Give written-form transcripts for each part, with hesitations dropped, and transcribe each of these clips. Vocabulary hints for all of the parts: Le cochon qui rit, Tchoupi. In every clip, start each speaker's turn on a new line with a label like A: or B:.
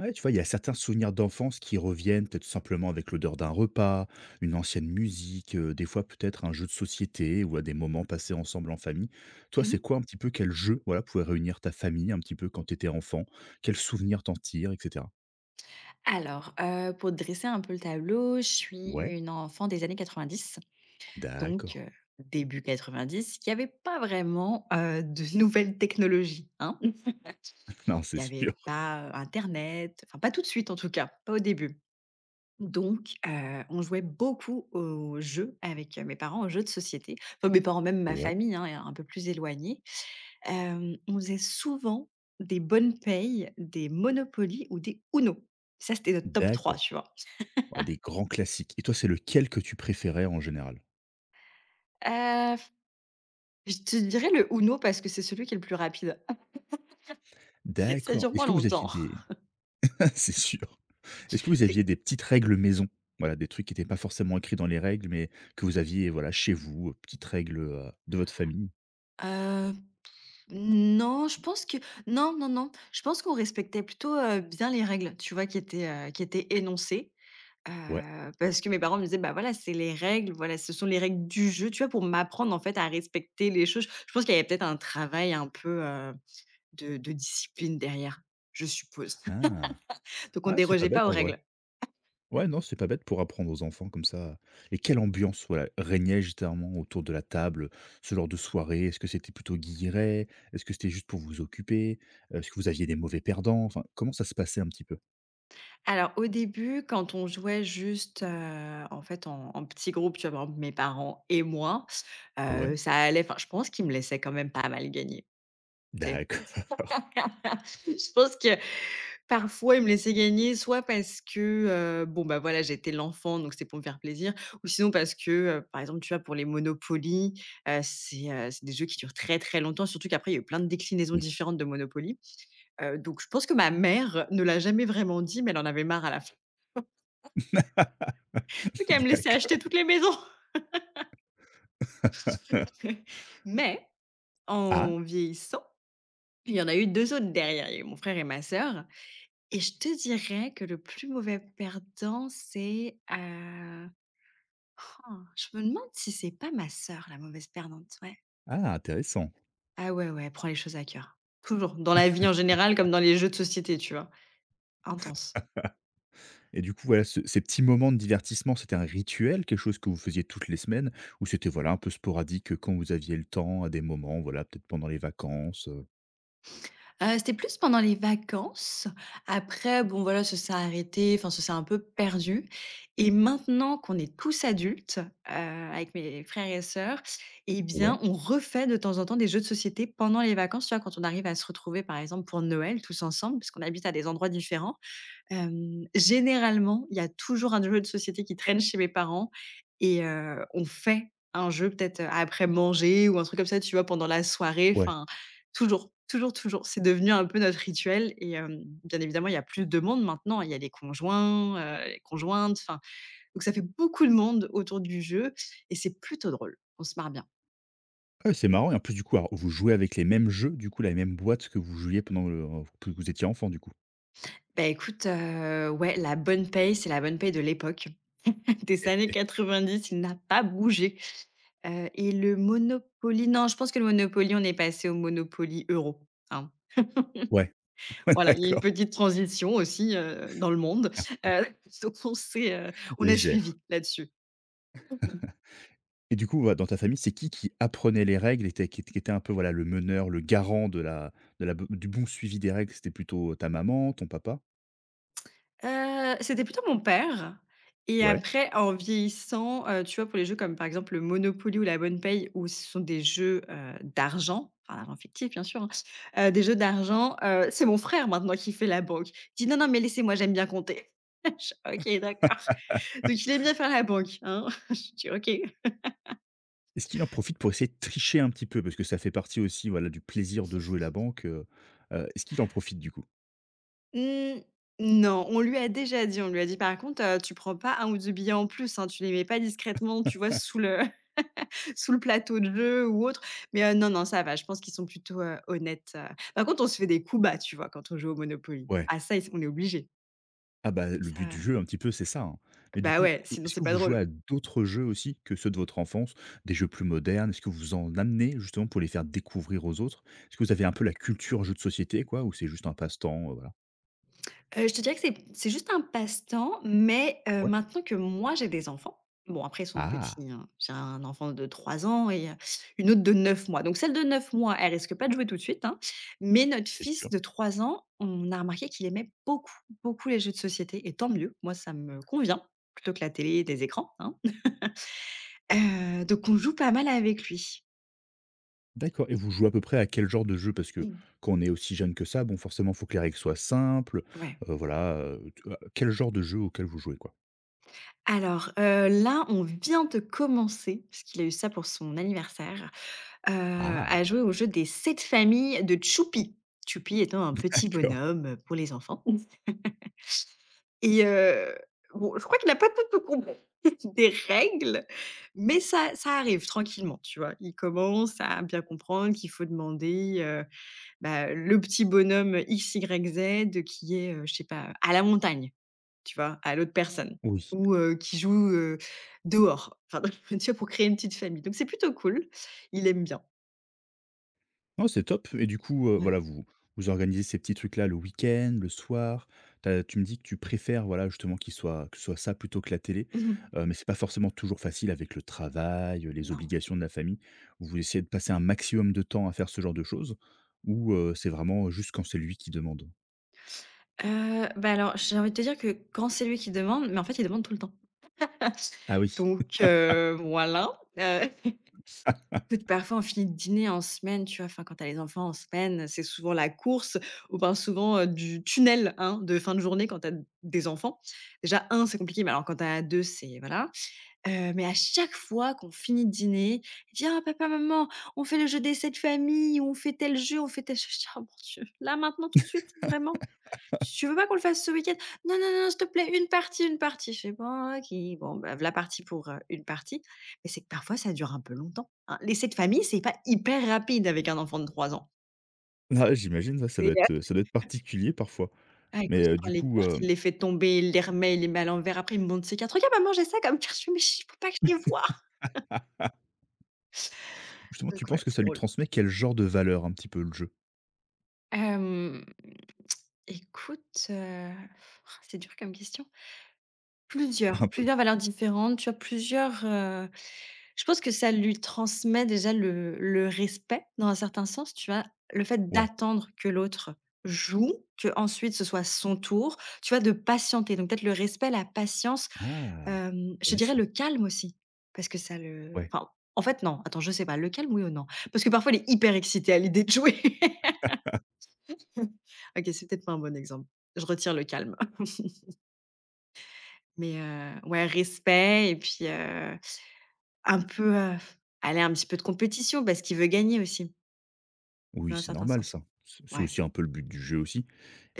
A: Ouais, tu vois, il y a certains souvenirs d'enfance qui reviennent, peut-être simplement avec l'odeur d'un repas, une ancienne musique, des fois peut-être un jeu de société ou à des moments passés ensemble en famille. Toi, c'est
B: Mmh
A: quoi un petit peu quel jeu, voilà, pouvait réunir ta famille un petit peu quand tu étais enfant? Quels souvenirs t'en tires et cetera?
B: Alors, pour dresser un peu le tableau, je suis
A: Ouais,
B: une enfant des années 90, donc
A: d'accord.
B: début 90, il n'y avait pas vraiment, de nouvelles technologies, hein.
A: Non, c'est
B: Il n'y avait
A: sûr.
B: pas, internet, enfin pas tout de suite en tout cas, pas au début. Donc on jouait beaucoup aux jeux avec, mes parents, aux jeux de société. Enfin mes parents, même ma
A: Ouais,
B: famille, hein, est un peu plus éloignée. On faisait souvent des bonnes payes, des Monopoly ou des UNO. Ça, c'était notre top 3,
A: d'accord.
B: tu vois?
A: Ouais, des grands classiques et toi, c'est lequel que tu préférais en général?
B: F Je te dirais le UNO parce que c'est celui qui est le plus rapide. Ça
A: D'accord.
B: dure
A: Est-ce
B: moins
A: que vous aviez
B: longtemps.
A: des c'est sûr. Est-ce que vous
B: C'est
A: aviez des petites règles maison? Voilà, des trucs qui n'étaient pas forcément écrits dans les règles, mais que vous aviez, voilà, chez vous, petites règles, de votre famille?
B: heu, non, je pense que non, non, non, je pense qu'on respectait plutôt, bien les règles, tu vois? Qui étaient énoncées,
A: Ouais.
B: parce que mes parents me disaient: «Bah, voilà, c'est les règles, voilà, ce sont les règles du jeu», tu vois? Pour m'apprendre, en fait, à respecter les choses. Je pense qu'il y avait peut-être un travail un peu, de discipline derrière, je suppose.
A: Ah!
B: Donc on
A: Ah, c'est pas
B: dérogeait pas
A: bête
B: aux
A: en vrai.
B: règles.
A: Ouais, non, c'est pas bête pour apprendre aux enfants comme ça. Et quelle ambiance, voilà, régnait justement autour de la table, ce genre de soirée? Est-ce que c'était plutôt guilleret? Est-ce que c'était juste pour vous occuper? Est-ce que vous aviez des mauvais perdants? Enfin, comment ça se passait un petit peu?
B: Alors au début, quand on jouait juste, en fait en petit groupe, tu vois? Par exemple mes parents et moi,
A: Ouais,
B: ça allait, enfin je pense qu'ils me laissaient quand même pas mal gagner, tu sais?
A: d'accord.
B: Je pense que parfois ils me laissaient gagner soit parce que, bon bah voilà j'étais l'enfant donc c'était pour me faire plaisir ou sinon parce que, par exemple tu vois pour les Monopoly, c'est des jeux qui durent très, très longtemps surtout qu'après il y a eu plein de déclinaisons
A: Oui.
B: différentes de Monopoly, donc je pense que ma mère ne l'a jamais vraiment dit mais elle en avait marre à la fin. Truc à me laisser acheter
A: D'accord.
B: toutes les maisons. Mais
A: Ah!
B: en vieillissant, il y en a eu 2 autres derrière. Il y a eu mon frère et ma sœur et je te dirais que le plus mauvais perdant, je me demande si c'est pas ma sœur la mauvaise perdante, ouais.
A: Ah, intéressant.
B: Ah ouais, ouais, elle prend les choses à cœur. Toujours, dans la vie en général comme dans les jeux de société, tu vois? Intense.
A: Et du coup, voilà, ce ces petits moments de divertissement, c'était un rituel, quelque chose que vous faisiez toutes les semaines? Ou c'était, voilà, un peu sporadique, quand vous aviez le temps, à des moments, voilà, peut-être pendant les vacances,
B: C'était plus pendant les vacances. Après, bon voilà, ça s'est arrêté, enfin ça s'est un peu perdu et maintenant qu'on est tous adultes, heu, avec mes frères et sœurs eh bien,
A: Ouais,
B: on refait de temps en temps des jeux de société pendant les vacances, tu vois? Quand on arrive à se retrouver, par exemple, pour Noël tous ensemble, parce qu'on habite à des endroits différents. Généralement, il y a toujours un jeu de société qui traîne chez mes parents et on fait un jeu peut-être, après manger ou un truc comme ça, tu vois? Pendant la soirée,
A: ouais.
B: enfin, toujours, toujours, toujours. C'est devenu un peu notre rituel et bien évidemment, il y a plus de monde maintenant. Il y a les conjoints, les conjointes, enfin, donc ça fait beaucoup de monde autour du jeu et c'est plutôt drôle. On se marre bien.
A: Ah oui, c'est marrant et en plus, du coup, alors vous jouez avec les mêmes jeux, du coup, la même boîte que vous jouiez pendant le que vous étiez enfant, du coup?
B: Bah, écoute, ouais, la bonne paye, c'est la bonne paye de l'époque. Des années 90, il n'a pas bougé. Et le Monopoly non, je pense que le Monopoly, on est passé au Monopoly euro, hein.
A: Ouais,
B: Voilà, il y a eu une
A: d'accord,
B: petite transition aussi, dans le monde, heu, donc on a
A: légère.
B: suivi là-dessus.
A: Et du coup, voilà, dans ta famille, c'est qui apprenait les règles, était qui était un peu, voilà, le meneur, le garant de la du bon suivi des règles? C'était plutôt ta maman, ton papa?
B: C'était plutôt mon père et
A: Ouais.
B: après en vieillissant, tu vois, pour les jeux comme, par exemple, le Monopoly ou la Bonne Paye où ce sont des jeux, d'argent, enfin d'argent fictif, bien sûr, hein, des jeux d'argent, c'est mon frère maintenant qui fait la banque. Il dit: «Non, non, mais laissez-moi, j'aime bien compter». Je fais: «OK, d'accord». Donc il aime bien faire la banque, hein. Je dis: «OK».
A: Est-ce qu'il en profite pour essayer de tricher un petit peu? Parce que ça fait partie aussi, voilà, du plaisir de jouer la banque, est-ce qu'il en profite du coup?
B: Mmh, non, on lui a déjà dit, on lui a dit: «Par contre, tu prends pas un ou 2 billets en plus, hein, tu les mets pas discrètement, tu vois, sous le sous le plateau de jeu ou autre». Mais non, non, ça va, je pense qu'ils sont plutôt, honnêtes. Par contre, on se fait des coups bas, tu vois, quand on joue au Monopoly.
A: Ouais.
B: Ah ça, ils on est obligé.
A: Ah bah, le but du
B: Ça
A: jeu un petit peu, c'est ça, hein. Mais du
B: Bah
A: coup,
B: ouais, sinon
A: est-ce
B: c'est
A: que
B: pas
A: vous jouez
B: drôle.
A: à d'autres jeux aussi que ceux de votre enfance? Des jeux plus modernes? Est-ce que vous en amenez justement pour les faire découvrir aux autres? Est-ce que vous avez un peu la culture jeu de société quoi ou c'est juste un passe-temps, voilà?
B: Je te dirais que c'est juste un passe-temps, mais
A: Ouais.
B: maintenant que moi j'ai des enfants, bon après ils sont
A: Ah!
B: petits, hein. J'ai un enfant de 3 ans et une autre de 9 mois. Donc celle de 9 mois, elle risque pas de jouer tout de suite, hein, mais notre
A: C'est
B: fils
A: sûr.
B: de 3 ans, on a remarqué qu'il aimait beaucoup, beaucoup les jeux de société et tant mieux. Moi ça me convient, plutôt que la télé et des écrans, hein. Donc on joue pas mal avec lui.
A: D'accord, et vous jouez à peu près à quel genre de jeu? Parce que quand on est aussi jeune que ça, bon, forcément, faut que les règles soient simples,
B: Ouais.
A: voilà, tu vois? Quel genre de jeu auquel vous jouez, quoi?
B: Alors, là on vient de commencer, puisqu'il a eu ça pour son anniversaire. Heu,
A: Ah!
B: à jouer au jeu des 7 familles de Tchoupi. Tchoupi étant un petit
A: D'accord,
B: bonhomme, pour les enfants. Mm. Et bon, je crois qu'il a pas tout tout compris des règles, mais ça ça arrive tranquillement, tu vois? Il commence à bien comprendre qu'il faut demander, bah, le petit bonhomme XYZ qui est, je sais pas, à la montagne, tu vois? À l'autre. Mmh. Personne
A: oui.
B: ou qui joue, dehors. Enfin, tu vois, pour créer une petite famille donc c'est plutôt cool. Il aime bien.
A: Non, c'est top et du coup,
B: Ouais.
A: voilà, vous vous organisez ces petits trucs-là le week-end, le soir. Tu me dis que tu préfères, voilà, justement qu'il soit que ce soit ça plutôt que la télé, mais c'est pas forcément toujours facile avec le travail, les
B: Non.
A: obligations de la famille. Vous essayez de passer un maximum de temps à faire ce genre de choses ou c'est vraiment juste quand c'est lui qui demande?
B: Bah, alors, j'ai envie de te dire que quand c'est lui qui demande, mais en fait, il demande tout le temps.
A: Ah oui.
B: Donc voilà, écoute, parfois, on finit de dîner en semaine, tu vois? Enfin, quand tu as les enfants en semaine, c'est souvent la course ou ben, souvent, du tunnel, hein, de fin de journée quand tu as des enfants. Déjà un c'est compliqué, mais alors quand tu en as 2, c'est voilà, mais à chaque fois qu'on finit de dîner, il dit: «Ah papa, maman, on fait le jeu des 7 familles, on fait tel jeu, on fait tel jeu». Je dis: «Oh mon Dieu, là, maintenant, tout de suite, vraiment?» Tu veux pas qu'on le fasse ce week-end? Non, non, non, s'il te plaît, une partie, une partie. Je fais: «Bon, OK». Bon, bah, voilà parti pour, une partie. Mais c'est que parfois ça dure un peu longtemps, hein. L'essai de famille, c'est pas hyper rapide avec un enfant de 3 ans.
A: Ah, j'imagine, ouais,
B: Et heu
A: ça doit être particulier parfois.
B: Ah écoute,
A: Mais,
B: il prend
A: du
B: les
A: coup,
B: cartes, il les fait tomber, il les remet, il les met à l'envers. Après, il me montre ses cartes: «Regarde maman, j'ai ça comme carte». Je fais: «Mais chut, faut pas que je les voie».
A: ah, justement, tu
B: Donc ouais,
A: penses que
B: c'est
A: ça lui
B: drôle.
A: transmet quel genre de valeur un petit peu le jeu?
B: Hem, Écoute, c'est dur comme question. Plusieurs,
A: Un peu?
B: plusieurs valeurs différentes, tu vois? Je pense que ça lui transmet déjà le respect dans un certain sens, tu vois? Le fait
A: Ouais.
B: d'attendre que l'autre joue, que ensuite ce soit son tour, tu vois? De patienter, donc peut-être le respect, la patience,
A: Ah!
B: je dirais
A: Intéressant.
B: le calme aussi, parce que ça le
A: Ouais.
B: enfin, en fait non, attends, je sais pas, le calme oui ou non? Parce que parfois, il est hyper excité à l'idée de jouer. OK, c'est peut-être pas un bon exemple. Je retire le calme. Mais ouais, respect et puis, un peu, allez, un petit peu de compétition parce qu'il veut gagner aussi.
A: Oui,
B: Dans un
A: c'est
B: certain
A: normal
B: sens.
A: ça. C'est
B: Ouais.
A: aussi un peu le but du jeu aussi.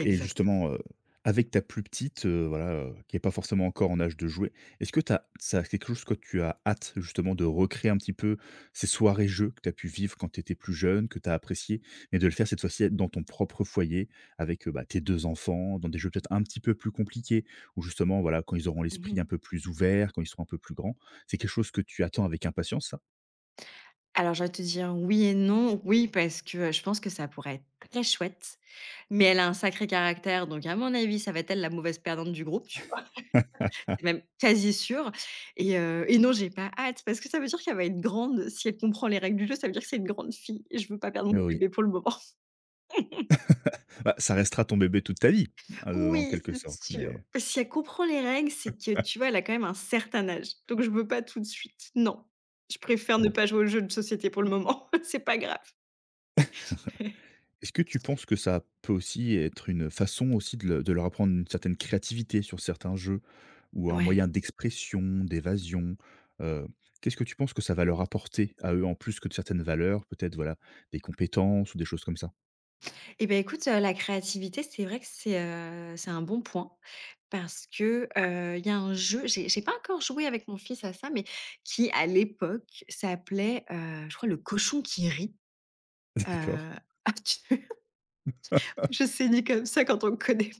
A: Et justement, avec ta plus petite, voilà, qui n'est pas forcément encore en âge de jouer, est-ce que t'as, as ça c'est quelque chose que tu as hâte justement de recréer un petit peu ces soirées jeux que tu as pu vivre quand tu étais plus jeune, que tu as appréciées et de le faire cette fois-ci dans ton propre foyer avec, bah, tes 2 enfants, dans des jeux peut-être un petit peu plus compliqués où justement, voilà, quand ils auront
B: Mmh
A: l'esprit un peu plus ouvert, quand ils seront un peu plus grands, c'est quelque chose que tu attends avec impatience ça?
B: Alors je vais te dire oui et non. Oui, parce que, je pense que ça pourrait être très chouette, mais elle a un sacré caractère, donc à mon avis, ça va être elle la mauvaise perdante du groupe, tu vois? C'est même quasi sûr et non, j'ai pas hâte parce que ça veut dire qu'elle va être grande. Si elle comprend les règles du jeu, ça veut dire que c'est une grande fille et je veux pas perdre mon
A: Oui,
B: bébé pour le moment.
A: bah, ça restera ton bébé toute ta vie, en
B: Oui,
A: quelque
B: c'est
A: sorte,
B: sûr.
A: mais
B: Si elle comprend les règles, c'est que, tu vois, elle a quand même un certain âge, donc je veux pas tout de suite. Non, je préfère ne
A: bon.
B: pas jouer au jeu de société pour le moment, c'est pas grave.
A: Est-ce que tu penses que ça peut aussi être une façon aussi de le de leur apprendre une certaine créativité sur certains jeux ou un moyen
B: Ouais.
A: d'expression, d'évasion? Heu, qu'est-ce que tu penses que ça va leur apporter à eux en plus que de certaines valeurs, peut-être, voilà, des compétences ou des choses comme ça?
B: Eh ben, écoute, la créativité, c'est vrai que c'est un bon point parce que, il y a un jeu, j'ai pas encore joué avec mon fils à ça, mais qui à l'époque s'appelait, je crois «Le cochon qui rit».
A: D'accord.
B: Heu, ah, tu je sais ni comme ça quand on le connaît.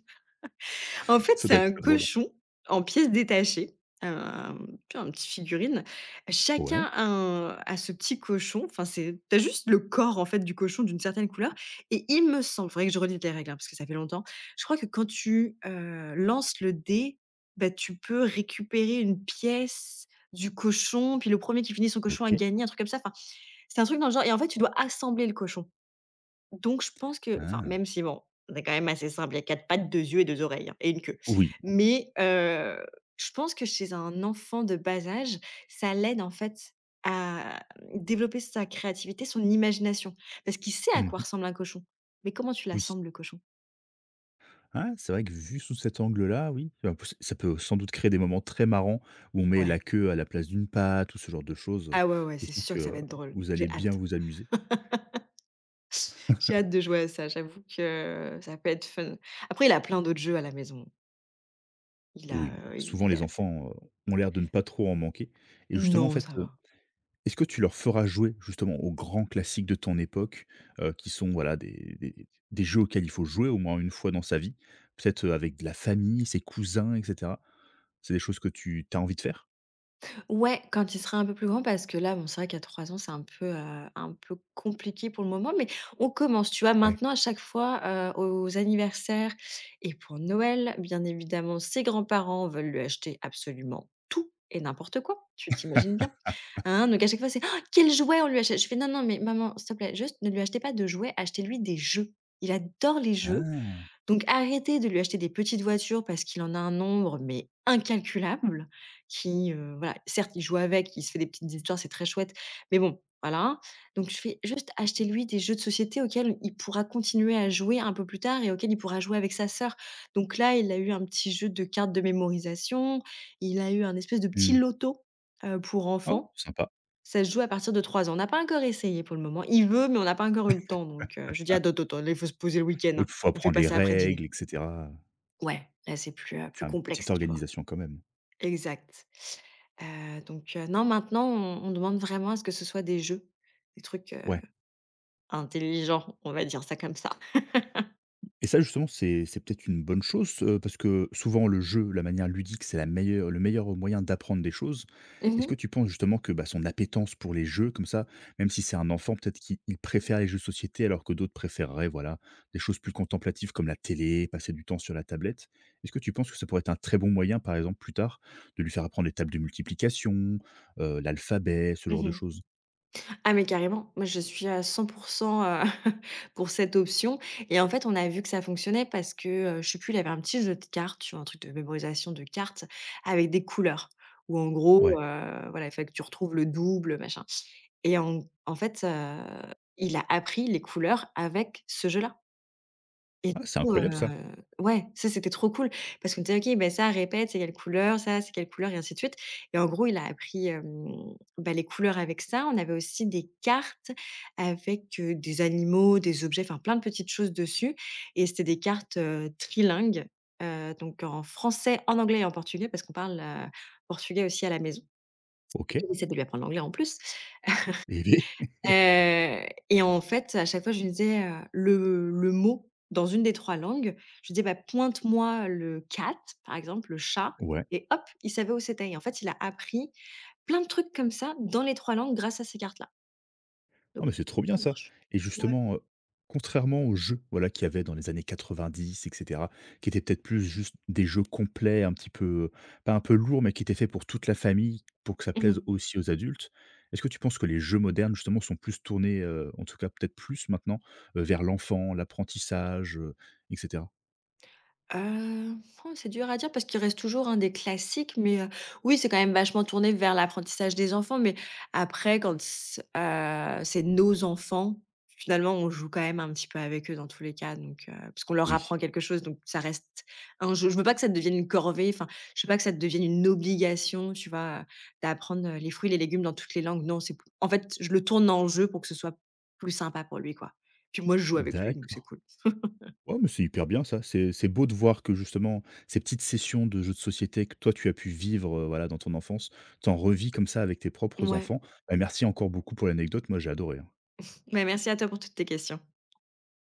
B: En fait,
A: Ça
B: c'est
A: doit
B: un
A: être très drôle.
B: cochon en pièces détachées, tu un petit figurine. Chacun
A: Ouais,
B: a un a ce petit cochon, enfin, c'est t'as juste le corps, en fait, du cochon d'une certaine couleur et il me semble, faudrait que je relise les règles, hein, parce que ça fait longtemps. Je crois que quand tu, lances le dé, bah, tu peux récupérer une pièce du cochon, puis le premier qui finit son cochon a
A: OK.
B: gagné, un truc comme ça. Enfin, c'est un truc dans le genre et en fait, tu dois assembler le cochon. Donc je pense que enfin,
A: Ah!
B: même si bon, on est quand même assez simple, il y a 4 pattes, 2 yeux et 2 oreilles, hein, et une queue.
A: Oui.
B: Mais je pense que chez un enfant de bas âge, ça l'aide en fait à développer sa créativité, son imagination. Parce qu'il sait à
A: Mmh
B: quoi
A: mh.
B: ressemble un cochon. Mais comment tu
A: Oui.
B: l'assembles le cochon?
A: Ah, c'est vrai que vu sous cet angle-là, oui, ça peut sans doute créer des moments très marrants où on met la
B: Ouais.
A: queue à la place d'une patte ou ce genre de choses.
B: Ah ouais, ouais,
A: C'est
B: c'est
A: sûr
B: sûr
A: que,
B: que ça va être drôle.
A: vous allez
B: J'ai
A: bien
B: hâte.
A: vous amuser.
B: J'ai hâte de jouer à ça, j'avoue que ça peut être fun. Après il a plein d'autres jeux à la maison. Il
A: Oui, bah,
B: a,
A: souvent
B: il
A: les
B: a
A: enfants, ont l'air de ne pas trop en manquer et justement, en
B: non,
A: fait,
B: ça va.
A: est-ce que tu leur feras jouer justement aux grands classiques de ton époque, qui sont voilà des jeux auxquels il faut jouer au moins une fois dans sa vie? Peut-être, avec de la famille, ses cousins et cetera? C'est des choses que tu as envie de faire?
B: Ouais, quand il sera un peu plus grand, parce que là, bon, c'est vrai qu'à 3 ans, c'est un peu compliqué pour le moment, mais on commence, tu vois?
A: Ouais.
B: Maintenant, à chaque fois, aux anniversaires et pour Noël, bien évidemment, ses grands-parents veulent lui acheter absolument tout et n'importe quoi, tu t'imagines bien, hein? Donc à chaque fois, c'est: «Oh, quel jouet on lui achète?» Je fais: «Non, non, mais maman, s'il te plaît, juste ne lui achetez pas de jouets, achetez-lui des jeux». Il adore les jeux,
A: Ah!
B: donc arrêtez de lui acheter des petites voitures parce qu'il en a un nombre, mais incalculable, qui, voilà, certes, il joue avec, il se fait des petites histoires, c'est très chouette, mais bon, voilà. Donc je fais juste acheter lui des jeux de société auxquels il pourra continuer à jouer un peu plus tard et auxquels il pourra jouer avec sa sœur. Donc là, il a eu un petit jeu de cartes de mémorisation, il a eu un espèce de petit
A: Mmh.
B: loto, pour
A: Oh,
B: enfants.
A: sympa.
B: Ça se joue à partir de 3 ans. On n'a pas encore essayé pour le moment. Il veut, mais on n'a pas encore eu le temps. Donc, je dis: «Attends, attends, il faut se poser le week-end,
A: Oui,
B: hein.
A: faut
B: On fait
A: apprendre
B: pas
A: les
B: ça après dîner».
A: règles et cetera,
B: Ouais, là c'est plus, plus
A: enfin, petite
B: complexe, tu vois?
A: organisation quand même.
B: Exact. Donc non maintenant on demande vraiment à ce que ce soit des jeux, des trucs,
A: Ouais,
B: intelligents, on va dire ça comme ça.
A: et ça justement, c'est peut-être une bonne chose, parce que souvent le jeu, la manière ludique, c'est la meilleure le meilleur moyen d'apprendre des choses.
B: Mmh
A: Est-ce
B: mh.
A: que tu penses justement que, bah, son appétence pour les jeux comme ça, même si c'est un enfant peut-être qu'il préfère les jeux de société alors que d'autres préféreraient, voilà, des choses plus contemplatives comme la télé, passer du temps sur la tablette. Est-ce que tu penses que ça pourrait être un très bon moyen, par exemple, plus tard, de lui faire apprendre les tables de multiplication, l'alphabet, ce genre de
B: Mmh.
A: choses?
B: Ah mais carrément, moi je suis à 100 heu, pour cette option et en fait on a vu que ça fonctionnait parce que, je sais plus, il avait un petit jeu de cartes, tu vois? Un truc de mémorisation de cartes avec des couleurs où en gros,
A: Ouais.
B: mmh, voilà, il fallait que tu retrouves le double, machin. Et en en fait, il a appris les couleurs avec ce jeu-là et du
A: Ah, c'est
B: coup, heu,
A: incroyable ça.
B: ouais, ça, c'était trop cool parce qu'on était: «OK, ben ça répète, c'est quelle couleur, ça, c'est quelle couleur?» et ainsi de suite et en gros, il a appris, bah, les couleurs avec ça. On avait aussi des cartes avec, des animaux, des objets, enfin plein de petites choses dessus et c'était des cartes, trilingues, donc en français, en anglais et en portugais parce qu'on parle, portugais aussi à la maison.
A: OK.
B: Il essaie de lui apprendre l'anglais en plus.
A: Et beh
B: Et en fait, à chaque fois, je lui disais, le mot dans une des 3 langues. Je lui disais: «Bah, pointe-moi le cat», par exemple, le chat
A: ouais.
B: et hop, il savait où c'était et en fait, il a appris plein de trucs comme ça dans les 3 langues grâce à ces cartes-là. Donc
A: Ah, mais c'est trop bien
B: ça
A: ça.
B: marche.
A: Et
B: Ouais.
A: justement, contrairement aux jeux, voilà, qu'il y avait dans les années 90 et cetera, qui étaient peut-être plus juste des jeux complets, un petit peu, pas un peu lourds, mais qui étaient faits pour toute la famille, pour que ça
B: Mmh.
A: plaise aussi aux adultes. Est-ce que tu penses que les jeux modernes, justement, sont plus tournés, en tout cas peut-être plus maintenant, vers l'enfant, l'apprentissage, et cetera?
B: Heu, oh, c'est dur à dire parce qu'il reste toujours, hein, des classiques, mais, oui, c'est quand même vachement tourné vers l'apprentissage des enfants, mais après quand c c'est nos enfants, finalement, on joue quand même un petit peu avec eux dans tous les cas, donc, parce qu'on leur apprend
A: Oui.
B: quelque chose, donc ça reste un jeu. Je veux pas que ça devienne une corvée, enfin, je veux pas que ça devienne une obligation, tu vois, d'apprendre, les fruits, les légumes dans toutes les langues. Non, c'est en fait, je le tourne en jeu pour que ce soit plus sympa pour lui, quoi. Puis moi, je joue avec lui, donc c'est
A: D'accord.
B: cool.
A: Ouais, mais c'est hyper bien ça. C'est beau de voir que justement, ces petites sessions de jeux de société que toi tu as pu vivre, voilà, dans ton enfance, t'en en revis comme ça avec tes propres
B: Ouais.
A: enfants. Bah, merci encore beaucoup pour l'anecdote. Moi, j'ai adoré, hein.
B: Mais merci à toi pour toutes tes questions.